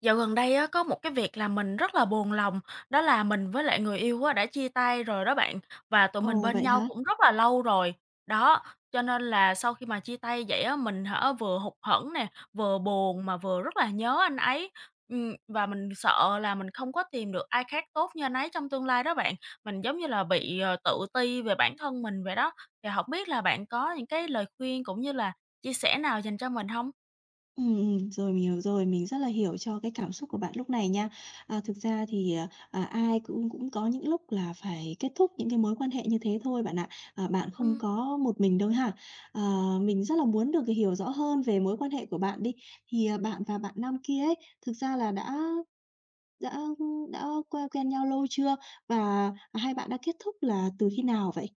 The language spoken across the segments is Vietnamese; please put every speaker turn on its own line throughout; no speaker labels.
Dạo gần đây á, có một cái việc là mình rất là buồn lòng, đó là mình với lại người yêu á, đã chia tay rồi đó bạn, và tụi mình
Ồ,
bên
vậy
nhau
hả?
cũng rất là lâu rồi. Đó, cho nên là sau khi mà chia tay vậy á, mình vừa hụt hẫng nè, vừa buồn mà vừa rất là nhớ anh ấy. Và mình sợ là mình không có tìm được ai khác tốt như anh ấy trong tương lai đó bạn. Mình giống như là bị, tự ti về bản thân mình vậy đó, thì hổng biết là bạn có những cái lời khuyên cũng như là chia sẻ nào dành cho mình không?
Rồi mình hiểu rồi, mình rất là hiểu cho cái cảm xúc của bạn lúc này nha. Thực ra thì, ai cũng cũng có những lúc là phải kết thúc những cái mối quan hệ như thế thôi bạn ạ, bạn không có một mình đâu ha. À, mình rất là muốn được hiểu rõ hơn về mối quan hệ của bạn đi. Thì, bạn và bạn nam kia ấy, thực ra là đã đã quen quen nhau lâu chưa? Và hai bạn đã kết thúc là từ khi nào vậy?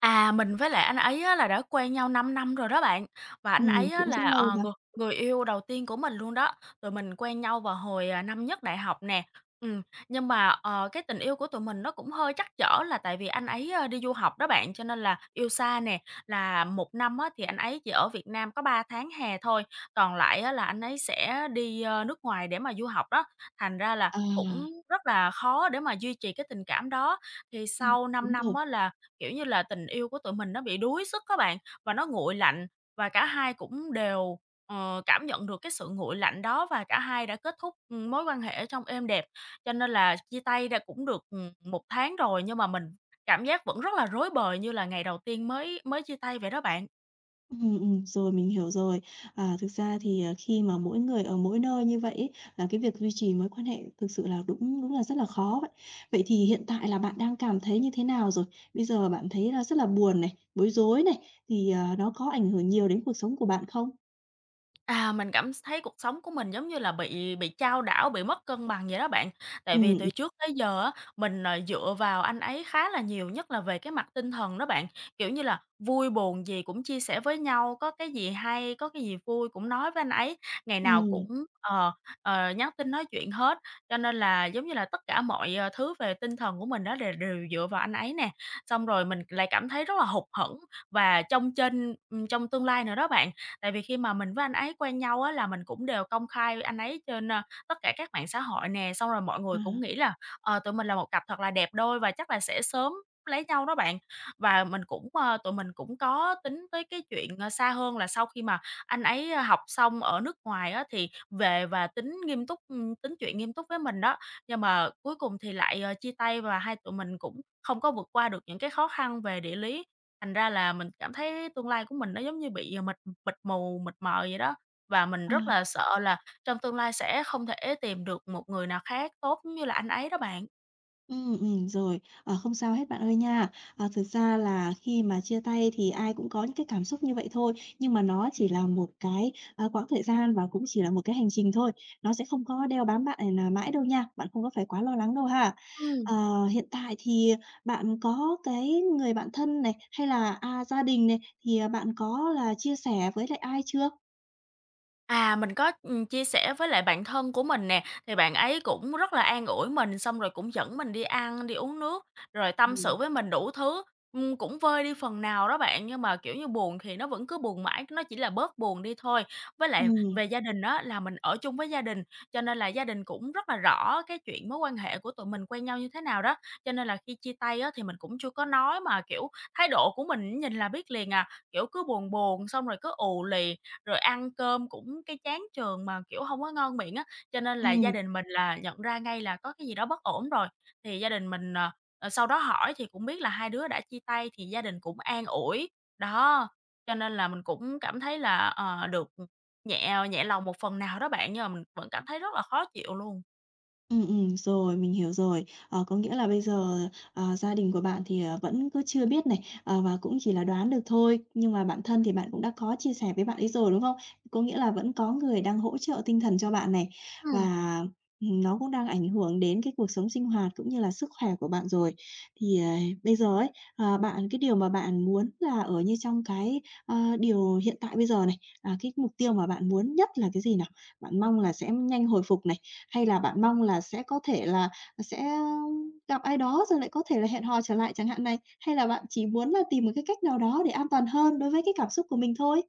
Mình với lại anh ấy á là đã quen nhau 5 năm rồi đó bạn, và anh ấy á
Cũng
là,
rất lâu hả?
người người yêu đầu tiên của mình luôn đó. Tụi mình quen nhau vào hồi, năm nhất đại học nè. Ừm, nhưng mà, cái tình yêu của tụi mình nó cũng hơi trắc trở là tại vì anh ấy, đi du học đó bạn, cho nên là yêu xa nè, là một năm á thì anh ấy chỉ ở Việt Nam có 3 tháng hè thôi, còn lại á là anh ấy sẽ đi, nước ngoài để mà du học đó, thành ra là
À,
cũng rất là khó để mà duy trì cái tình cảm đó. Thì
ừm,
sau 5
đúng
năm
rồi.
á là, kiểu như là, tình yêu của tụi mình nó bị đuối sức các bạn, và nó nguội lạnh và cả hai cũng đều, cảm nhận được cái sự nguội lạnh đó và cả hai đã kết thúc, mối quan hệ trong êm đẹp. Cho nên là chia tay đã cũng được, 1 tháng rồi nhưng mà mình cảm giác vẫn rất là rối bời như là ngày đầu tiên mới mới chia tay vậy đó bạn.
Rồi mình hiểu rồi. Thực ra thì, khi mà mỗi người ở mỗi nơi như vậy ấy, là cái việc duy trì mối quan hệ thực sự là đúng đúng là rất là khó vậy. Vậy thì hiện tại là bạn đang cảm thấy như thế nào rồi? Bây giờ bạn thấy là rất là buồn này, bối rối này, thì, nó có ảnh hưởng nhiều đến cuộc sống của bạn không?
À, mình cảm thấy cuộc sống của mình giống như là bị chao đảo, bị mất cân bằng vậy đó bạn. Tại vì
Ừm,
từ trước tới giờ á, mình, dựa vào anh ấy khá là nhiều, nhất là về cái mặt tinh thần đó bạn. Kiểu như là, vui buồn gì cũng chia sẻ với nhau, có cái gì hay, có cái gì vui cũng nói với anh ấy, ngày nào
ừm,
cũng, ờ, nhắn tin nói chuyện hết. Cho nên là, giống như là, tất cả mọi, thứ về tinh thần của mình đó đều đều dựa vào anh ấy nè. Xong rồi mình lại cảm thấy rất là hụt hẫng và chông trên trong tương lai nữa đó bạn. Tại vì khi mà mình với anh ấy quen nhau á là mình cũng đều công khai anh ấy trên, tất cả các mạng xã hội nè, xong rồi mọi người cũng
à,
nghĩ là, tụi mình là một cặp thật là đẹp đôi và chắc là sẽ sớm lấy nhau đó bạn. Và mình cũng, tụi mình cũng có tính tới cái chuyện, xa hơn là sau khi mà anh ấy học xong ở nước ngoài á thì về và tính chuyện nghiêm túc với mình đó. Nhưng mà cuối cùng thì lại, chia tay và hai tụi mình cũng không có vượt qua được những cái khó khăn về địa lý. Thành ra là mình cảm thấy tương lai của mình nó giống như bị, mịt mịt mù, mịt mờ vậy đó, và mình rất là
à.
sợ là trong tương lai sẽ không thể tìm được một người nào khác tốt giống như là anh ấy đó bạn.
Ừ rồi, không sao hết bạn ơi nha. Ờ, thực ra là khi mà chia tay thì ai cũng có những cái cảm xúc như vậy thôi, nhưng mà nó chỉ là một cái, quãng thời gian và cũng chỉ là một cái hành trình thôi, nó sẽ không có đeo bám bạn, nà mãi đâu nha, bạn không có phải quá lo lắng đâu ha.
Ừm.
Ờ, hiện tại thì bạn có cái người bạn thân này, hay là, gia đình này, thì, bạn có là chia sẻ với lại ai chưa?
Mình có, chia sẻ với lại bạn thân của mình nè, thì bạn ấy cũng rất là an ủi mình, xong rồi cũng dẫn mình đi ăn, đi uống nước, rồi tâm
Ừm.
sự với mình đủ thứ, cũng vơi đi phần nào đó bạn. Nhưng mà, kiểu như, buồn thì nó vẫn cứ buồn mãi, nó chỉ là bớt buồn đi thôi. Với lại
Ừm,
về gia đình đó là mình ở chung với gia đình, cho nên là gia đình cũng rất là rõ cái chuyện mối quan hệ của tụi mình quen nhau như thế nào đó. Cho nên là khi chia tay á, thì mình cũng chưa có nói mà, kiểu, thái độ của mình nhìn là biết liền à, kiểu, cứ buồn buồn xong rồi cứ ù lì rồi ăn cơm cũng cái chán trường mà, kiểu, hông có ngon miệng á, cho nên là gia
ừm.
đình mình là nhận ra ngay là có cái gì đó bất ổn rồi. Thì gia đình mình, sau đó hỏi thì cũng biết là hai đứa đã chia tay thì gia đình cũng an ủi, đó, cho nên là mình cũng cảm thấy là, được, nhẹ nhẹ lòng một phần nào đó bạn, nhưng mà mình vẫn cảm thấy rất là khó chịu luôn.
Ừ rồi, mình hiểu rồi. Ờ, có nghĩa là bây giờ, gia đình của bạn thì, vẫn cứ chưa biết này, và cũng chỉ là đoán được thôi. Nhưng mà bản thân thì bạn cũng đã có chia sẻ với bạn ấy rồi, đúng không? Có nghĩa là vẫn có người đang hỗ trợ tinh thần cho bạn này,
Ừm.
và, nó cũng đang ảnh hưởng đến cái cuộc sống sinh hoạt cũng như là sức khỏe của bạn rồi. Thì, bây giờ ấy, bạn cái điều mà bạn muốn là ở như trong cái, điều hiện tại bây giờ này, cái mục tiêu mà bạn muốn nhất là cái gì nào? Bạn mong là sẽ nhanh hồi phục này, hay là bạn mong là sẽ có thể là sẽ gặp ai đó rồi lại có thể là hẹn hò trở lại chẳng hạn này? Hay là bạn chỉ muốn là tìm một cái cách nào đó để an toàn hơn đối với cái cảm xúc của mình thôi?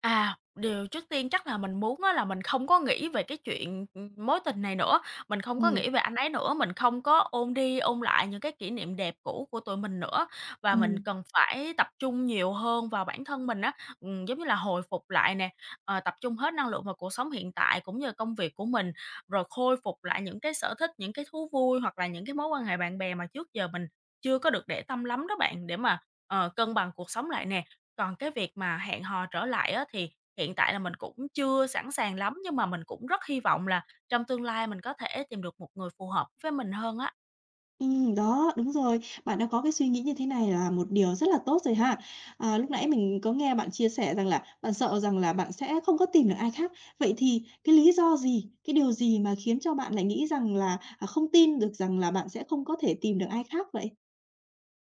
Điều trước tiên chắc là mình muốn á là mình không có nghĩ về cái chuyện, mối tình này nữa, mình không có
Ừm,
nghĩ về anh ấy nữa, mình không có ôn đi ôn lại những cái kỷ niệm đẹp cũ của tụi mình nữa. Và mình
ừm,
cần phải tập trung nhiều hơn vào bản thân mình á, giống như là hồi phục lại nè, tập trung hết năng lượng vào cuộc sống hiện tại cũng như công việc của mình, rồi khôi phục lại những cái sở thích, những cái thú vui hoặc là những cái mối quan hệ bạn bè mà trước giờ mình chưa có được để tâm lắm đó bạn, để mà, cân bằng cuộc sống lại nè. Còn cái việc mà hẹn hò trở lại á, thì hiện tại là mình cũng chưa sẵn sàng lắm, nhưng mà mình cũng rất hy vọng là trong tương lai mình có thể tìm được một người phù hợp với mình hơn á.
đó, đúng rồi. Bạn đã có cái suy nghĩ như thế này là một điều rất là tốt rồi ha. Lúc nãy mình có nghe bạn chia sẻ rằng là bạn sợ rằng là bạn sẽ không có tìm được ai khác. Vậy thì cái lý do gì, cái điều gì mà khiến cho bạn lại nghĩ rằng là, không tin được rằng là bạn sẽ không có thể tìm được ai khác vậy?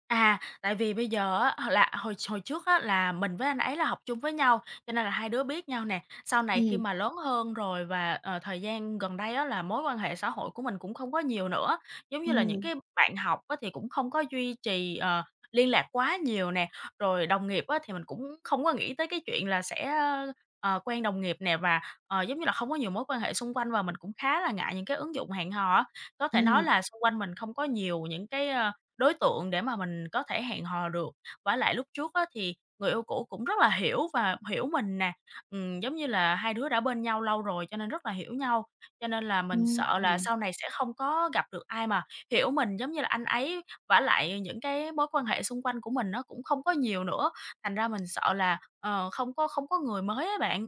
Tại vì bây giờ á, h là hồi hồi trước á, là mình với anh ấy là học chung với nhau, cho nên là hai đứa biết nhau nè. Sau này khi
Ừm.
mà lớn hơn rồi và, thời gian gần đây á, là mối quan hệ xã hội của mình cũng không có nhiều nữa. Giống như là những
Ừm,
cái bạn học á, thì cũng không có duy trì, liên lạc quá nhiều nè. Rồi đồng nghiệp á, thì mình cũng không có nghĩ tới cái chuyện là sẽ, quen đồng nghiệp nè và, giống như là, không có nhiều mối quan hệ xung quanh và mình cũng khá là ngại những cái ứng dụng hẹn hò á. Có thể nói
ừm,
là xung quanh mình không có nhiều những cái, đối tượng để mà mình có thể hẹn hò được. Vả lại lúc trước á thì người yêu cũ cũng rất là hiểu và hiểu mình nè, giống như là hai đứa đã bên nhau lâu rồi cho nên rất là hiểu nhau, cho nên là mình sợ là
ừm.
sau này sẽ không có gặp được ai mà hiểu mình giống như là anh ấy. Vả lại những cái mối quan hệ xung quanh của mình nó cũng không có nhiều nữa, thành ra mình sợ là, không có người mới á bạn.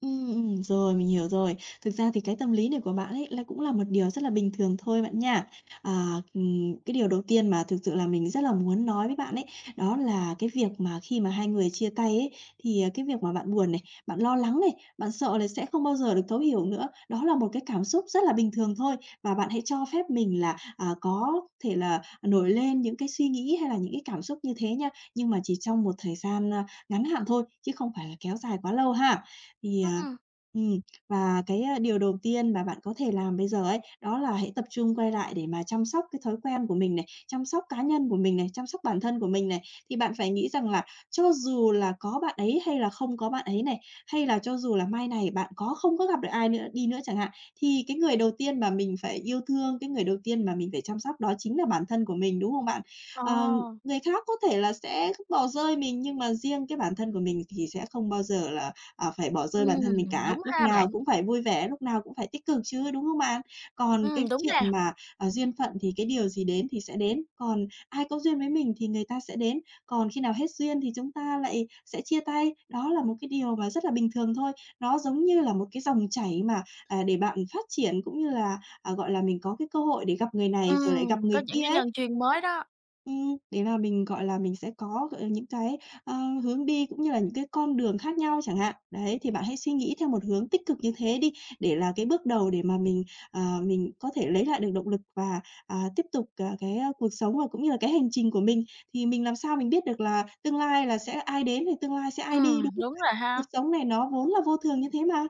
Ừ rồi, mình hiểu rồi. Thực ra thì cái tâm lý này của bạn ấy là cũng là một điều rất là bình thường thôi bạn nha. À, cái điều đầu tiên mà thực sự là mình rất là muốn nói với bạn ấy, đó là cái việc mà khi mà hai người chia tay ấy, thì, cái việc mà bạn buồn này, bạn lo lắng này, bạn sợ là sẽ không bao giờ được thấu hiểu nữa, đó là một cái cảm xúc rất là bình thường thôi. Và bạn hãy cho phép mình là, có thể là nổi lên những cái suy nghĩ hay là những cái cảm xúc như thế nha, nhưng mà chỉ trong một thời gian, ngắn hạn thôi, chứ không phải là kéo dài quá lâu ha. Thì,
Ừm.
ừm, và cái, điều đầu tiên mà bạn có thể làm bây giờ ấy, đó là hãy tập trung quay lại để mà chăm sóc cái thói quen của mình này, chăm sóc cá nhân của mình này, chăm sóc bản thân của mình này. Thì bạn phải nghĩ rằng là cho dù là có bạn ấy hay là không có bạn ấy này, hay là cho dù là mai này bạn có không có gặp được ai nữa đi nữa chẳng hạn, thì cái người đầu tiên mà mình phải yêu thương, cái người đầu tiên mà mình phải chăm sóc đó chính là bản thân của mình, đúng không bạn?
Ờ.
Ờ, người khác có thể là sẽ bỏ rơi mình, nhưng mà riêng cái bản thân của mình thì sẽ không bao giờ là phải bỏ rơi bản thân mình cả,
Đúng
lúc
ha bạn.
nào cũng phải vui vẻ, lúc nào cũng phải tích cực chứ, đúng không bạn? Còn cái
Đúng
chuyện
nè.
mà, duyên phận thì cái điều gì đến thì sẽ đến, còn ai có duyên với mình thì người ta sẽ đến, còn khi nào hết duyên thì chúng ta lại sẽ chia tay. Đó là một cái điều mà rất là bình thường thôi, nó giống như là một cái dòng chảy mà, để bạn phát triển cũng như là, gọi là, mình có cái cơ hội để gặp người này rồi lại
Ừm,
gặp
có
người
những
kia
cái
ấy.
nhân duyên mới đó.
Đấy là mình, gọi là, mình sẽ có, gọi là, những cái, ờ, hướng đi cũng như là những cái con đường khác nhau chẳng hạn. Đấy, thì bạn hãy suy nghĩ theo một hướng tích cực như thế đi, để là cái bước đầu để mà mình, mình có thể lấy lại được động lực và, tiếp tục, cái, cuộc sống và cũng như là cái hành trình của mình. Thì mình làm sao mình biết được là tương lai là sẽ ai đến thì tương lai sẽ ai đi, đúng không?
Đúng rồi
Cuộc
ha.
sống này nó vốn là vô thường như thế mà.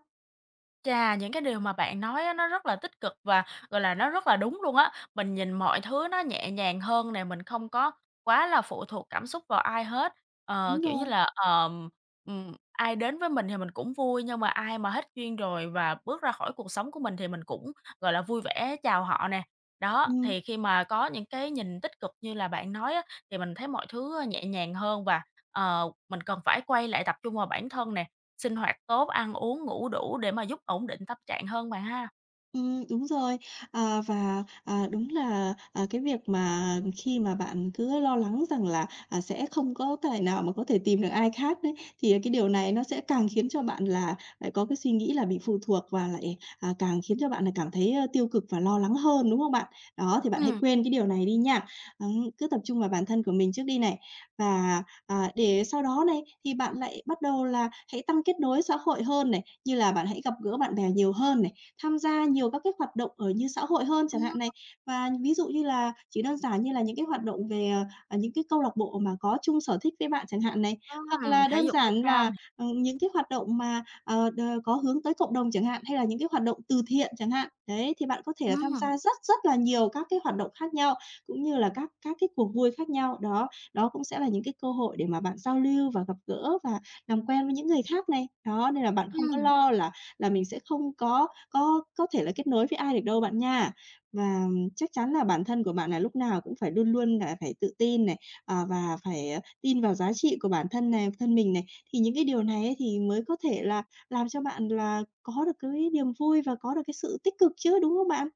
Chà, những cái điều mà bạn nói á, nó rất là tích cực và, gọi là, nó rất là đúng luôn á. Mình nhìn mọi thứ nó nhẹ nhàng hơn nè, mình không có quá là phụ thuộc cảm xúc vào ai hết. Ờ,
Đúng
kiểu như
rồi,
là, ai đến với mình thì mình cũng vui, nhưng mà ai mà hết duyên rồi và bước ra khỏi cuộc sống của mình thì mình cũng, gọi là, vui vẻ chào họ nè. Đó,
ừm.
thì khi mà có những cái nhìn tích cực như là bạn nói á, thì mình thấy mọi thứ nhẹ nhàng hơn và, mình cần phải quay lại tập trung vào bản thân nè. Sinh hoạt tốt, ăn uống, ngủ đủ để mà giúp ổn định tâm trạng hơn bạn ha.
Đúng rồi. À, và, đúng là, cái việc mà khi mà bạn cứ lo lắng rằng là, sẽ không có tài nào mà có thể tìm được ai khác đấy, thì cái điều này nó sẽ càng khiến cho bạn là lại có cái suy nghĩ là bị phụ thuộc và lại, càng khiến cho bạn là cảm thấy, tiêu cực và lo lắng hơn, đúng không bạn? Đó, thì bạn hãy
Ừm,
quên cái điều này đi nha. Cứ tập trung vào bản thân của mình trước đi này. Và để sau đó này thì bạn lại bắt đầu là hãy tăng kết nối xã hội hơn này, như là bạn hãy gặp gỡ bạn bè nhiều hơn này, tham gia nhiều các cái hoạt động ở như xã hội hơn chẳng hạn này.
ừm,
Và ví dụ như là chỉ đơn giản như là những cái hoạt động về, những cái câu lạc bộ mà có chung sở thích với bạn chẳng hạn này, hoặc là
thể
đơn
dục thể
giản
thao
là,
nè,
những cái hoạt động mà, đ có hướng tới cộng đồng chẳng hạn, hay là những cái hoạt động từ thiện chẳng hạn. Đấy, thì bạn có thể là tham
ừm,
gia rất rất là nhiều các cái hoạt động khác nhau, cũng như là các cái cuộc vui khác nhau, đó. Đó cũng sẽ là những cái cơ hội để mà bạn giao lưu và gặp gỡ và làm quen với những người khác này. Đó, nên là bạn không có
ừm.
lo là mình sẽ không có thể là kết nối với ai được đâu bạn nha. Và chắc chắn là bản thân của bạn là lúc nào cũng phải luôn luôn là phải tự tin này, và phải, tin vào giá trị của bản thân này, thân mình này. Thì những cái điều này ấy thì mới có thể là làm cho bạn là có được cái niềm vui và có được cái sự tích cực chứ, đúng không bạn?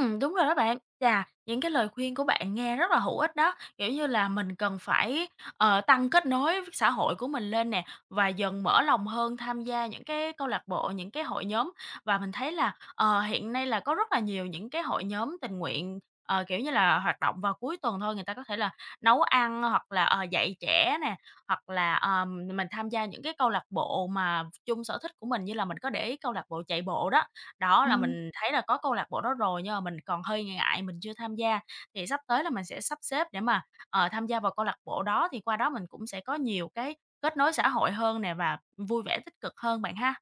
Đúng rồi đó bạn. Chà, những cái lời khuyên của bạn nghe rất là hữu ích đó, kiểu như là, mình cần phải, tăng kết nối với xã hội của mình lên nè, và dần mở lòng hơn tham gia những cái câu lạc bộ, những cái hội nhóm. Và mình thấy là, hiện nay là có rất là nhiều những cái hội nhóm tình nguyện, kiểu như là, hoạt động vào cuối tuần thôi, người ta có thể là nấu ăn hoặc là, dạy trẻ nè, hoặc là, mình tham gia những cái câu lạc bộ mà chung sở thích của mình, như là mình có để ý câu lạc bộ chạy bộ đó. Đó, là
Ừm.
mình thấy là có câu lạc bộ đó rồi nhưng mà mình còn hơi ngại mình chưa tham gia, thì sắp tới là mình sẽ sắp xếp để mà, tham gia vào câu lạc bộ đó thì qua đó mình cũng sẽ có nhiều cái kết nối xã hội hơn nè và vui vẻ tích cực hơn bạn ha.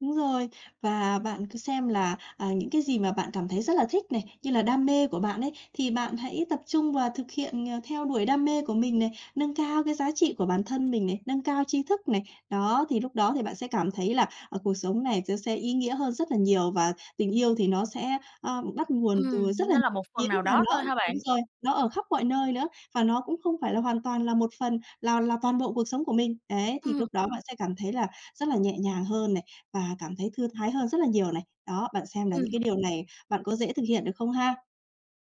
Đúng rồi, và bạn cứ xem là, những cái gì mà bạn cảm thấy rất là thích này, như là đam mê của bạn ấy, thì bạn hãy tập trung và thực hiện, theo đuổi đam mê của mình này, nâng cao cái giá trị của bản thân mình này, nâng cao tri thức này. Đó, thì lúc đó thì bạn sẽ cảm thấy là, cuộc sống này nó sẽ ý nghĩa hơn rất là nhiều và tình yêu thì nó sẽ, bắt nguồn từ
Ừm.
rất là
Nó là
nhiều
một
phía
phần nào
và
đó
nó
thôi ha bạn.
đúng rồi, nó ở khắp mọi nơi nữa, và nó cũng không phải là hoàn toàn là một phần là toàn bộ cuộc sống của mình. Đấy, thì
Ừm.
lúc đó bạn sẽ cảm thấy là rất là nhẹ nhàng hơn này, và cảm thấy thư thái hơn rất là nhiều này. Đó, bạn xem là những
Ừm.
cái điều này bạn có dễ thực hiện được không ha?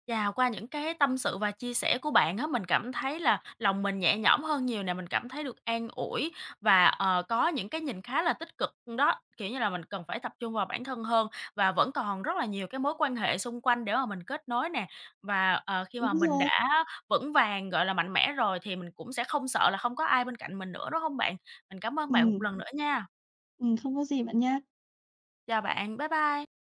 Và qua những cái tâm sự và chia sẻ của bạn á, mình cảm thấy là lòng mình nhẹ nhõm hơn nhiều nè, mình cảm thấy được an ủi và, có những cái nhìn khá là tích cực đó. Kiểu như là, mình cần phải tập trung vào bản thân hơn và vẫn còn rất là nhiều cái mối quan hệ xung quanh để mà mình kết nối nè. Và, khi mà
Đúng
mình
rồi.
đã vững vàng, gọi là, mạnh mẽ rồi thì mình cũng sẽ không sợ là không có ai bên cạnh mình nữa, đúng không bạn? Mình cảm ơn bạn một
Ừm,
lần nữa nha.
không có gì bạn nha.
Chào bạn, bye bye.